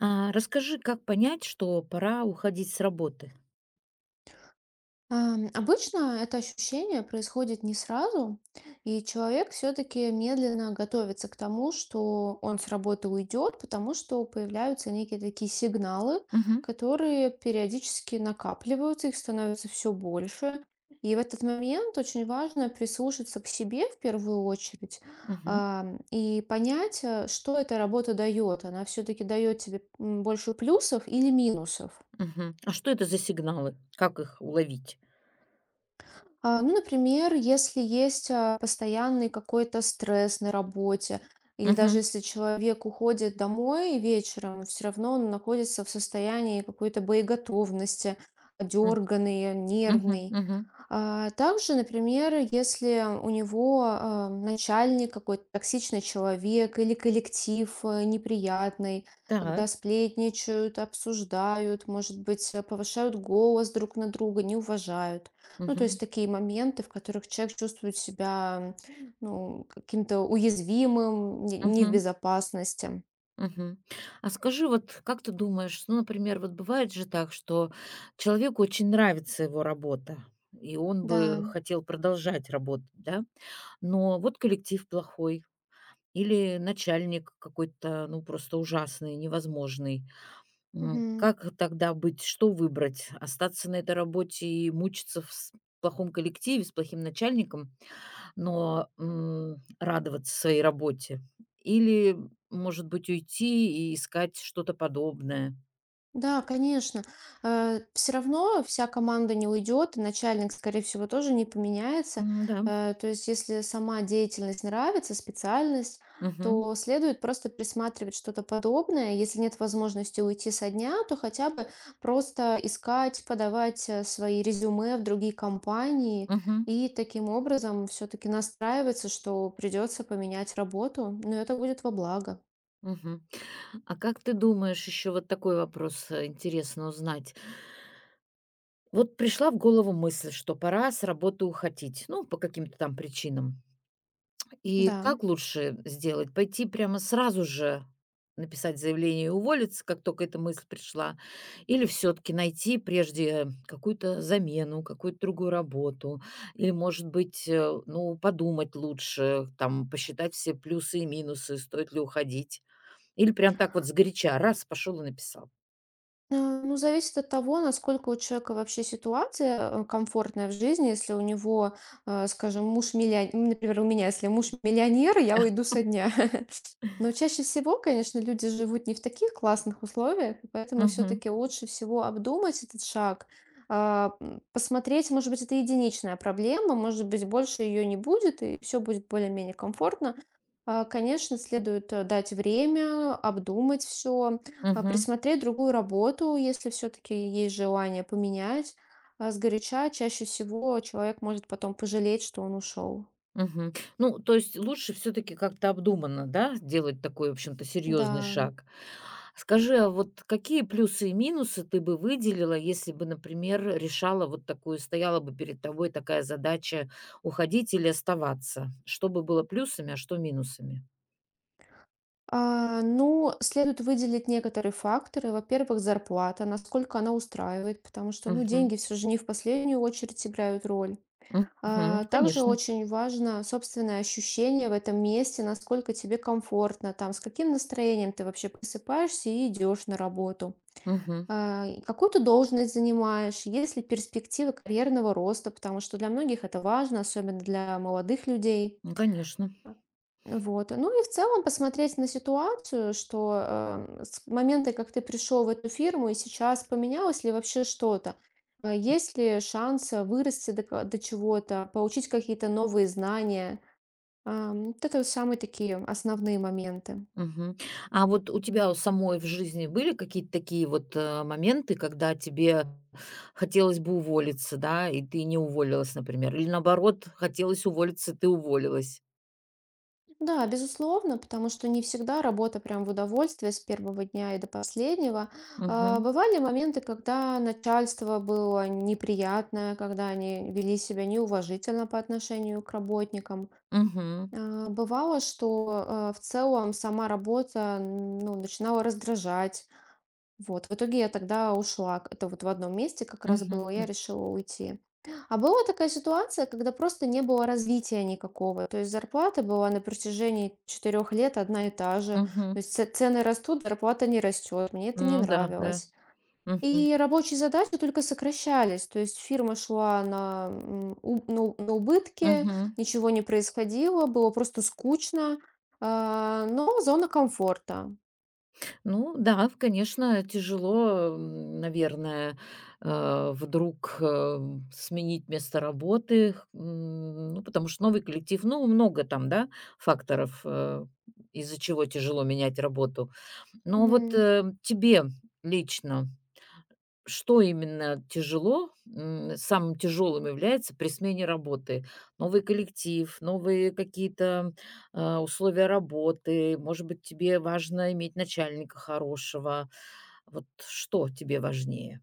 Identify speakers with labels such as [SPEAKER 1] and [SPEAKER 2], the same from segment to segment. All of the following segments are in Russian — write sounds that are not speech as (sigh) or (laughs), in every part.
[SPEAKER 1] А, расскажи, как понять, что пора уходить с работы?
[SPEAKER 2] Обычно это ощущение происходит не сразу, и человек все-таки медленно готовится к тому, что он с работы уйдет, потому что появляются некие такие сигналы,
[SPEAKER 1] Мгм,
[SPEAKER 2] которые периодически накапливаются, их становится все больше. И в этот момент очень важно прислушаться к себе в первую очередь
[SPEAKER 1] мгм,
[SPEAKER 2] и понять, что эта работа дает. Она все-таки дает тебе больше плюсов или минусов.
[SPEAKER 1] мгм. А что это за сигналы? Как их уловить?
[SPEAKER 2] Ну, например, если есть постоянный какой-то стресс на работе, или даже
[SPEAKER 1] Мгм,
[SPEAKER 2] если человек уходит домой вечером, все равно он находится в состоянии какой-то боеготовности,
[SPEAKER 1] м,
[SPEAKER 2] дерганный,
[SPEAKER 1] мгм,
[SPEAKER 2] нервный.
[SPEAKER 1] мгм.
[SPEAKER 2] Также, например, если у него, начальник какой-то токсичный человек или коллектив, неприятный,
[SPEAKER 1] Так.
[SPEAKER 2] когда сплетничают, обсуждают, может быть, повышают голос друг на друга, не уважают. Ну, то есть
[SPEAKER 1] Мгм,
[SPEAKER 2] такие моменты, в которых человек чувствует себя, ну, каким-то уязвимым, не в
[SPEAKER 1] мгм,
[SPEAKER 2] безопасности.
[SPEAKER 1] мгм. А скажи, вот как ты думаешь, ну, например, вот бывает же так, что человеку очень нравится его работа, и он
[SPEAKER 2] Да.
[SPEAKER 1] бы хотел продолжать работать, да? Но вот коллектив плохой или начальник какой-то, ну, просто ужасный, невозможный.
[SPEAKER 2] Мгм.
[SPEAKER 1] Как тогда быть? Что выбрать? Остаться на этой работе и мучиться в с плохом коллективе, с плохим начальником, но, радоваться своей работе? Или, может быть, уйти и искать что-то подобное?
[SPEAKER 2] Да, конечно. Все равно вся команда не уйдет, и начальник, скорее всего, тоже не поменяется.
[SPEAKER 1] М-да.
[SPEAKER 2] То есть, если сама деятельность нравится, специальность,
[SPEAKER 1] Мгм.
[SPEAKER 2] то следует просто присматривать что-то подобное. Если нет возможности уйти со дня, то хотя бы просто искать, подавать свои резюме в другие компании
[SPEAKER 1] Мгм.
[SPEAKER 2] и таким образом все-таки настраиваться, что придется поменять работу, но это будет во благо.
[SPEAKER 1] Мгм. А как ты думаешь, еще вот такой вопрос, интересно узнать. Вот пришла в голову мысль, что пора с работы уходить, ну, по каким-то там причинам. И
[SPEAKER 2] Да.
[SPEAKER 1] как лучше сделать? Пойти прямо сразу же написать заявление и уволиться, как только эта мысль пришла, или все-таки найти прежде какую-то замену, какую-то другую работу, или, может быть, ну, подумать лучше, там, посчитать все плюсы и минусы, стоит ли уходить, или прям так вот сгоряча, раз, пошел и написал.
[SPEAKER 2] Ну, зависит от того, насколько у человека вообще ситуация комфортная в жизни. Если у него, скажем, муж миллионер, например, у меня, если муж миллионер, я уйду со дня. (laughs) Но чаще всего, конечно, люди живут не в таких классных условиях, и поэтому
[SPEAKER 1] Мгм.
[SPEAKER 2] все-таки лучше всего обдумать этот шаг, посмотреть, может быть, это единичная проблема, может быть, больше ее не будет, и все будет более-менее комфортно. Конечно, следует дать время, обдумать все, присмотреть другую работу, если все-таки есть желание поменять. А сгоряча чаще всего человек может потом пожалеть, что он ушел.
[SPEAKER 1] Мгм. Ну, то есть лучше все таки как-то обдуманно, да, делать такой, в общем-то, серьезный
[SPEAKER 2] Да.
[SPEAKER 1] шаг. Скажи, а вот какие плюсы и минусы ты бы выделила, если бы, например, решала вот такую, стояла бы перед тобой такая задача уходить или оставаться? Что бы было плюсами, а что минусами?
[SPEAKER 2] Ну, следует выделить некоторые факторы. Во-первых, зарплата, насколько она устраивает, потому что, ну,
[SPEAKER 1] Мгм.
[SPEAKER 2] деньги все же не в последнюю очередь играют роль.
[SPEAKER 1] Мгм.
[SPEAKER 2] Также
[SPEAKER 1] Конечно.
[SPEAKER 2] очень важно собственное ощущение в этом месте, насколько тебе комфортно там, с каким настроением ты вообще просыпаешься и идешь на работу.
[SPEAKER 1] Мгм.
[SPEAKER 2] И какую ты должность занимаешь, есть ли перспективы карьерного роста, потому что для многих это важно, особенно для молодых людей.
[SPEAKER 1] Ну, конечно.
[SPEAKER 2] Вот. Ну и в целом посмотреть на ситуацию, что с момента, как ты пришел в эту фирму, и сейчас поменялось ли вообще что-то. Есть ли шанс вырасти до, до чего-то, получить какие-то новые знания? Вот это вот самые такие основные моменты.
[SPEAKER 1] Мгм. А вот у тебя у самой в жизни были какие-то такие вот, моменты, когда тебе хотелось бы уволиться, да, и ты не уволилась, например? Или наоборот, хотелось уволиться, ты уволилась?
[SPEAKER 2] Да, безусловно, потому что не всегда работа прям в удовольствие с первого дня и до последнего.
[SPEAKER 1] Мгм.
[SPEAKER 2] Бывали моменты, когда начальство было неприятное, когда они вели себя неуважительно по отношению к работникам.
[SPEAKER 1] Мгм.
[SPEAKER 2] Бывало, что в целом сама работа ну, начинала раздражать, вот, в итоге я тогда ушла. Это вот в одном месте как раз
[SPEAKER 1] Мгм.
[SPEAKER 2] было, я
[SPEAKER 1] М.
[SPEAKER 2] решила уйти. А была такая ситуация, когда просто не было развития никакого. То есть зарплата была на протяжении 4 лет одна и та же. То
[SPEAKER 1] Мгм.
[SPEAKER 2] есть цены растут, зарплата не растет. Мне это не
[SPEAKER 1] Ну да, да.
[SPEAKER 2] нравилось.
[SPEAKER 1] Мгм.
[SPEAKER 2] И рабочие задачи только сокращались. То есть фирма шла на, м, у- на убытки,
[SPEAKER 1] Мгм.
[SPEAKER 2] ничего не происходило, было просто скучно. Но зона комфорта.
[SPEAKER 1] Ну да, в конечно, тяжело, наверное, вдруг, сменить место работы, ну, потому что новый коллектив, ну, много там, да, факторов, из-за чего тяжело менять работу. Но вот,
[SPEAKER 2] Мгм.
[SPEAKER 1] тебе лично, что именно тяжело? Самым тяжелым является при смене работы. Новый коллектив, новые какие-то, условия работы. Может быть, тебе важно иметь начальника хорошего. Вот что тебе важнее?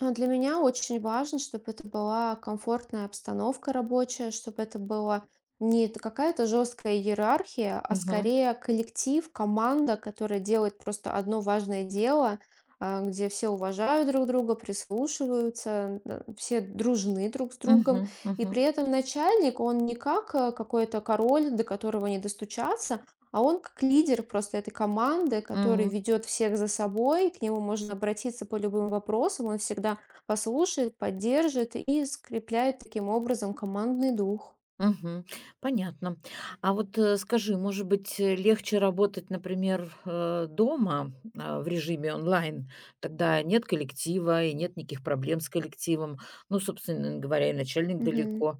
[SPEAKER 2] Для меня очень важно, чтобы это была комфортная обстановка рабочая, чтобы это была не какая-то жесткая иерархия, а
[SPEAKER 1] Мгм.
[SPEAKER 2] скорее коллектив, команда, которая делает просто одно важное дело, где все уважают друг друга, прислушиваются, да, все дружны друг с другом.
[SPEAKER 1] Мгм.
[SPEAKER 2] И при
[SPEAKER 1] Мгм.
[SPEAKER 2] этом начальник, он не как какой-то король, до которого не достучаться, а он как лидер просто этой команды, который
[SPEAKER 1] Мгм.
[SPEAKER 2] ведет всех за собой, к нему можно обратиться по любым вопросам, он всегда послушает, поддержит и скрепляет таким образом командный дух.
[SPEAKER 1] Мгм. Понятно. А вот, скажи, может быть, легче работать, например, дома, в режиме онлайн? Тогда нет коллектива и нет никаких проблем с коллективом. Ну, собственно говоря, и начальник
[SPEAKER 2] Мгм.
[SPEAKER 1] далеко.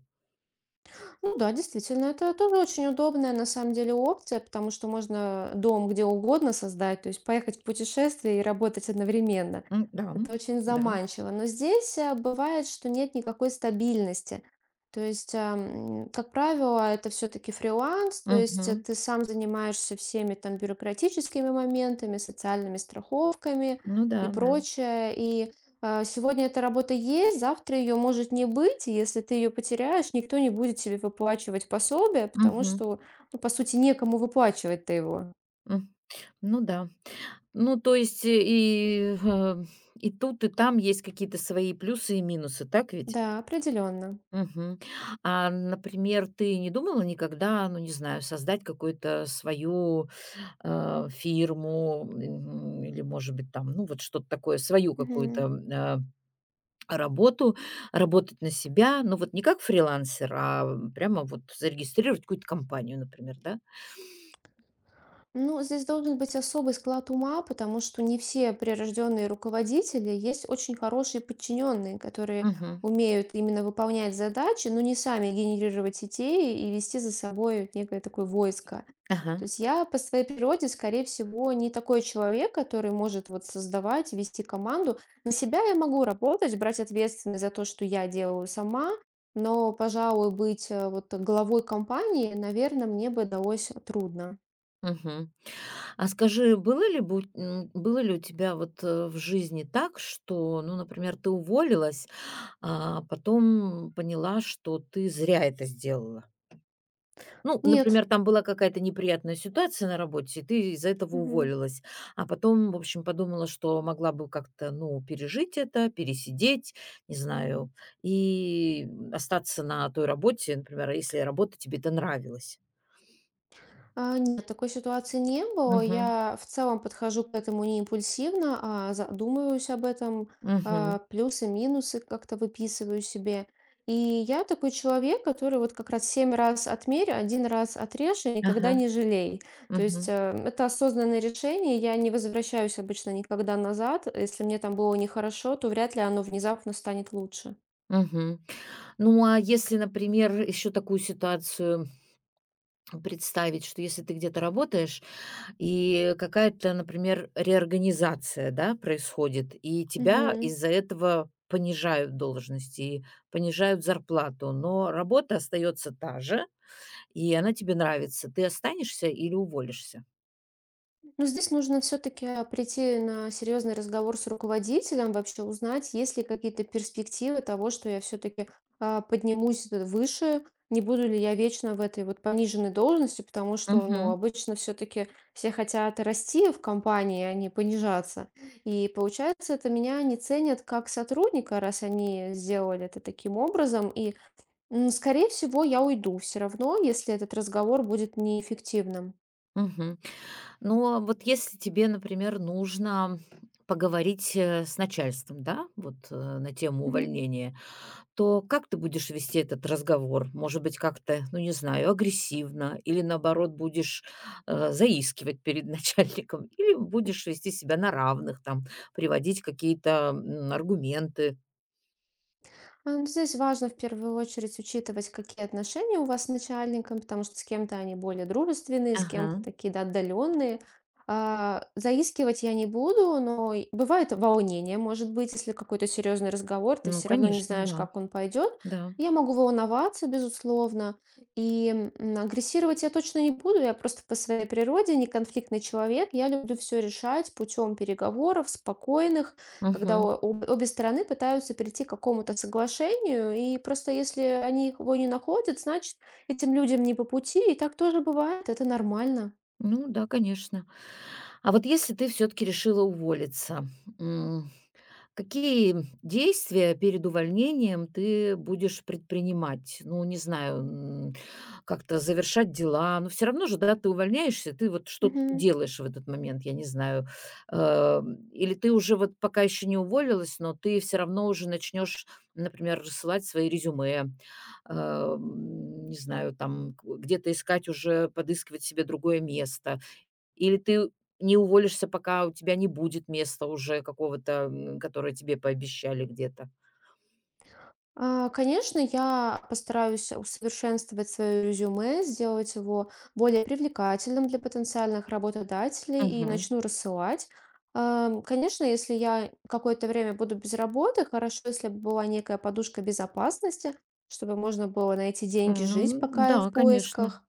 [SPEAKER 2] Ну да, действительно, это тоже очень удобная на самом деле опция, потому что можно дом где угодно создать, то есть поехать в путешествие и работать одновременно.
[SPEAKER 1] Да,
[SPEAKER 2] Это очень
[SPEAKER 1] да.
[SPEAKER 2] заманчиво. Но здесь бывает, что нет никакой стабильности. То есть, как правило, это все-таки фриланс, то есть
[SPEAKER 1] Мгм.
[SPEAKER 2] ты сам занимаешься всеми там бюрократическими моментами, социальными страховками
[SPEAKER 1] Ну да,
[SPEAKER 2] и
[SPEAKER 1] да.
[SPEAKER 2] прочее. И сегодня эта работа есть, завтра ее может не быть, и если ты ее потеряешь, никто не будет тебе выплачивать пособие, потому
[SPEAKER 1] Мгм.
[SPEAKER 2] что, ну, по сути, некому выплачивать-то его.
[SPEAKER 1] М. Ну да. Ну, то есть и, и тут, и там есть какие-то свои плюсы и минусы, так ведь?
[SPEAKER 2] Да, определенно.
[SPEAKER 1] Мгм. А, например, ты не думала никогда, ну, не знаю, создать какую-то свою, фирму, или, может быть, там, ну, вот что-то такое, свою какую-то, э, работу, работать на себя, ну, вот не как фрилансер, а прямо вот зарегистрировать какую-то компанию, например, да?
[SPEAKER 2] Ну, здесь должен быть особый склад ума, потому что не все прирожденные руководители, есть очень хорошие подчиненные, которые
[SPEAKER 1] Мгм.
[SPEAKER 2] умеют именно выполнять задачи, но не сами генерировать идеи и вести за собой некое такое войско.
[SPEAKER 1] Ага.
[SPEAKER 2] То есть я по своей природе, скорее всего, не такой человек, который может вот создавать, вести команду. На себя я могу работать, брать ответственность за то, что я делаю сама, но, пожалуй, быть вот главой компании, наверное, мне бы далось трудно.
[SPEAKER 1] Мгм. А скажи, было ли у тебя вот, в жизни так, что, ну, например, ты уволилась, а потом поняла, что ты зря это сделала? Ну,
[SPEAKER 2] Нет.
[SPEAKER 1] например, там была какая-то неприятная ситуация на работе, и ты из-за этого
[SPEAKER 2] Мгм.
[SPEAKER 1] уволилась, а потом, в общем, подумала, что могла бы как-то, ну, пережить это, пересидеть, не знаю, и остаться на той работе, например, если работа тебе-то нравилась.
[SPEAKER 2] Нет, такой ситуации не было.
[SPEAKER 1] Мгм.
[SPEAKER 2] Я в целом подхожу к этому не импульсивно, а задумываюсь об этом,
[SPEAKER 1] Мгм.
[SPEAKER 2] плюсы, минусы как-то выписываю себе. И я такой человек, который вот как раз семь раз отмерь, один раз отрежь и никогда
[SPEAKER 1] Ага.
[SPEAKER 2] не жалей. То есть
[SPEAKER 1] Мгм.
[SPEAKER 2] это осознанное решение, я не возвращаюсь обычно никогда назад. Если мне там было нехорошо, то вряд ли оно внезапно станет лучше.
[SPEAKER 1] Мгм. Ну, а если, например, еще такую ситуацию представить, что если ты где-то работаешь, и какая-то, например, реорганизация, да, происходит, и тебя
[SPEAKER 2] Мгм.
[SPEAKER 1] из-за этого понижают должности и понижают зарплату, но работа остается та же, и она тебе нравится. Ты останешься или уволишься?
[SPEAKER 2] Ну, здесь нужно все-таки прийти на серьезный разговор с руководителем, вообще узнать, есть ли какие-то перспективы того, что я все-таки поднимусь выше, не буду ли я вечно в этой вот пониженной должности, потому что, ну,
[SPEAKER 1] Мгм.
[SPEAKER 2] обычно все-таки все хотят расти в компании, а не понижаться. И получается, это меня не ценят как сотрудника, раз они сделали это таким образом. И, скорее всего, я уйду все равно, если этот разговор будет неэффективным.
[SPEAKER 1] Мгм. Но вот если тебе, например, нужно поговорить с начальством, да, вот на тему увольнения, то как ты будешь вести этот разговор? Может быть, как-то, ну, не знаю, агрессивно или, наоборот, будешь заискивать перед (laughs) начальником или будешь вести себя на равных, там, приводить какие-то аргументы?
[SPEAKER 2] Ну, здесь важно в первую очередь учитывать, какие отношения у вас с начальником, потому что с кем-то они более дружественные, с
[SPEAKER 1] Ага,
[SPEAKER 2] кем-то такие, да, отдаленные. Заискивать я не буду, но и бывает волнение, может быть, если какой-то серьезный разговор, ты
[SPEAKER 1] ну,
[SPEAKER 2] все равно не
[SPEAKER 1] конечно,
[SPEAKER 2] знаешь,
[SPEAKER 1] да,
[SPEAKER 2] как он пойдет.
[SPEAKER 1] да.
[SPEAKER 2] Я могу волноваться, безусловно, и агрессировать я точно не буду, я просто по своей природе не конфликтный человек, я люблю все решать путем переговоров, спокойных, когда
[SPEAKER 1] Мгм.
[SPEAKER 2] обе стороны пытаются прийти к какому-то соглашению, и просто если они его не находят, значит, этим людям не по пути, и так тоже бывает, это нормально.
[SPEAKER 1] Ну да, конечно. А вот если ты все-таки решила уволиться, какие действия перед увольнением ты будешь предпринимать? Ну, не знаю, как-то завершать дела, но все равно же, да, ты увольняешься, ты вот что ты
[SPEAKER 2] Мгм.
[SPEAKER 1] делаешь в этот момент, я не знаю. Э, Или ты уже вот пока еще не уволилась, но ты все равно уже начнешь, например, рассылать свои резюме, не знаю, там к где-то искать уже, подыскивать себе другое место. Или ты не уволишься, пока у тебя не будет места уже какого-то, которое тебе пообещали где-то.
[SPEAKER 2] Конечно, я постараюсь усовершенствовать свое резюме, сделать его более привлекательным для потенциальных работодателей и
[SPEAKER 1] Мгм.
[SPEAKER 2] начну рассылать. Конечно, если я какое-то время буду без работы, хорошо, если бы была некая подушка безопасности, чтобы можно было найти деньги жить,
[SPEAKER 1] Ну
[SPEAKER 2] пока я в
[SPEAKER 1] да, конечно.
[SPEAKER 2] поисках.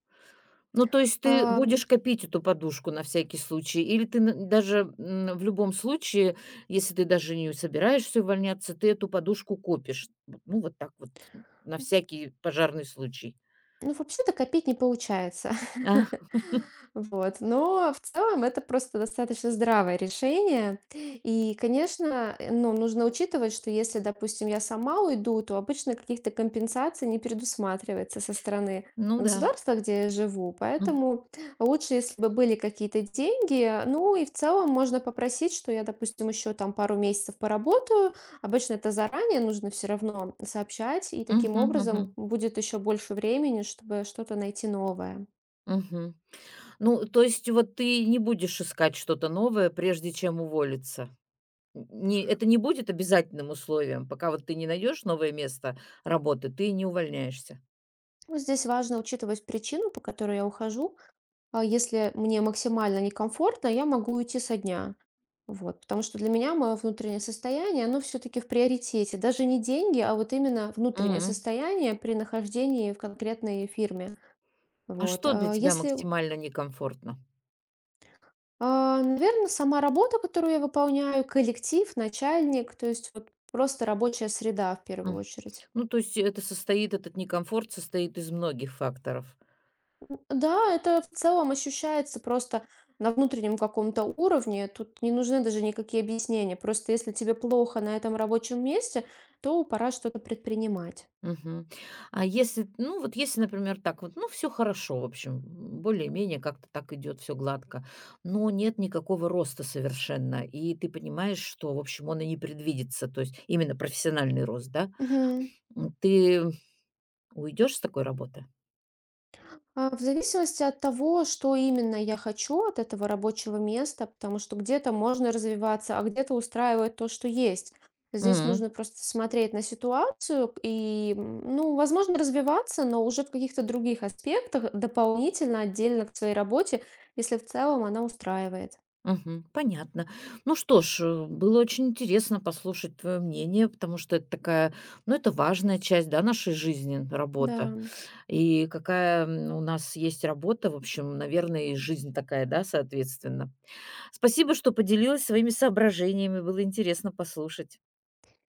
[SPEAKER 1] Ну, то есть ты
[SPEAKER 2] Ам,
[SPEAKER 1] будешь копить эту подушку на всякий случай, или ты даже в любом случае, если ты даже не собираешься увольняться, ты эту подушку копишь. Вот, ну, вот так вот, на всякий пожарный случай.
[SPEAKER 2] ну, вообще-то копить не получается.
[SPEAKER 1] А,
[SPEAKER 2] (laughs) Вот. Но в целом это просто достаточно здравое решение. И, конечно, ну, нужно учитывать, что если, допустим, я сама уйду, то обычно каких-то компенсаций не предусматривается со стороны
[SPEAKER 1] ну да.
[SPEAKER 2] государства, где я живу.
[SPEAKER 1] М,
[SPEAKER 2] Поэтому лучше, если бы были какие-то деньги. Ну и в целом можно попросить, что я, допустим, еще там пару месяцев поработаю. Обычно это заранее нужно все равно сообщать, и таким
[SPEAKER 1] мгм, мгм.
[SPEAKER 2] образом будет еще больше времени, чтобы что-то найти новое.
[SPEAKER 1] Мгм. Ну, то есть вот ты не будешь искать что-то новое, прежде чем уволиться. Не это не будет обязательным условием, пока вот ты не найдешь новое место работы, ты не увольняешься.
[SPEAKER 2] Ну, здесь важно учитывать причину, по которой я ухожу. Если мне максимально некомфортно, я могу уйти со дня. Вот. Потому что для меня мое внутреннее состояние, оно все-таки в приоритете. Даже не деньги, а вот именно внутреннее
[SPEAKER 1] Мгм.
[SPEAKER 2] состояние при нахождении в конкретной фирме.
[SPEAKER 1] А
[SPEAKER 2] Вот.
[SPEAKER 1] что для
[SPEAKER 2] А
[SPEAKER 1] тебя
[SPEAKER 2] Если
[SPEAKER 1] максимально некомфортно?
[SPEAKER 2] Наверное, сама работа, которую я выполняю, коллектив, начальник, то есть вот просто рабочая среда в первую
[SPEAKER 1] М.
[SPEAKER 2] очередь.
[SPEAKER 1] Ну, то есть этот некомфорт состоит из многих факторов.
[SPEAKER 2] Да, это в целом ощущается просто на внутреннем каком-то уровне. Тут не нужны даже никакие объяснения. Просто если тебе плохо на этом рабочем месте, то пора что-то предпринимать.
[SPEAKER 1] Мгм. А если, ну, вот если, например, так вот, ну, все хорошо, в общем, более-менее как-то так идет все гладко, но нет никакого роста совершенно, и ты понимаешь, что, в общем, он и не предвидится, то есть именно профессиональный рост, да?
[SPEAKER 2] Мгм.
[SPEAKER 1] Ты уйдешь с такой работы?
[SPEAKER 2] В зависимости от того, что именно я хочу от этого рабочего места, потому что где-то можно развиваться, а где-то устраивает то, что есть. Здесь
[SPEAKER 1] М,
[SPEAKER 2] нужно просто смотреть на ситуацию и, ну, возможно, развиваться, но уже в каких-то других аспектах, дополнительно, отдельно к своей работе, если в целом она устраивает.
[SPEAKER 1] мгм. Понятно. Ну что ж, было очень интересно послушать твое мнение, потому что это такая, ну, это важная часть, да, нашей жизни,
[SPEAKER 2] Да.
[SPEAKER 1] работа. И какая у нас есть работа, в общем, наверное, и жизнь такая, да, соответственно. Спасибо, что поделилась своими соображениями, было интересно послушать.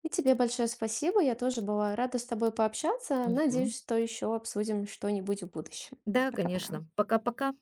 [SPEAKER 2] И тебе большое спасибо. Я тоже была рада с тобой пообщаться.
[SPEAKER 1] Мгм.
[SPEAKER 2] Надеюсь, что еще обсудим что-нибудь в будущем.
[SPEAKER 1] Да,
[SPEAKER 2] Пока-пока.
[SPEAKER 1] конечно. Пока-пока.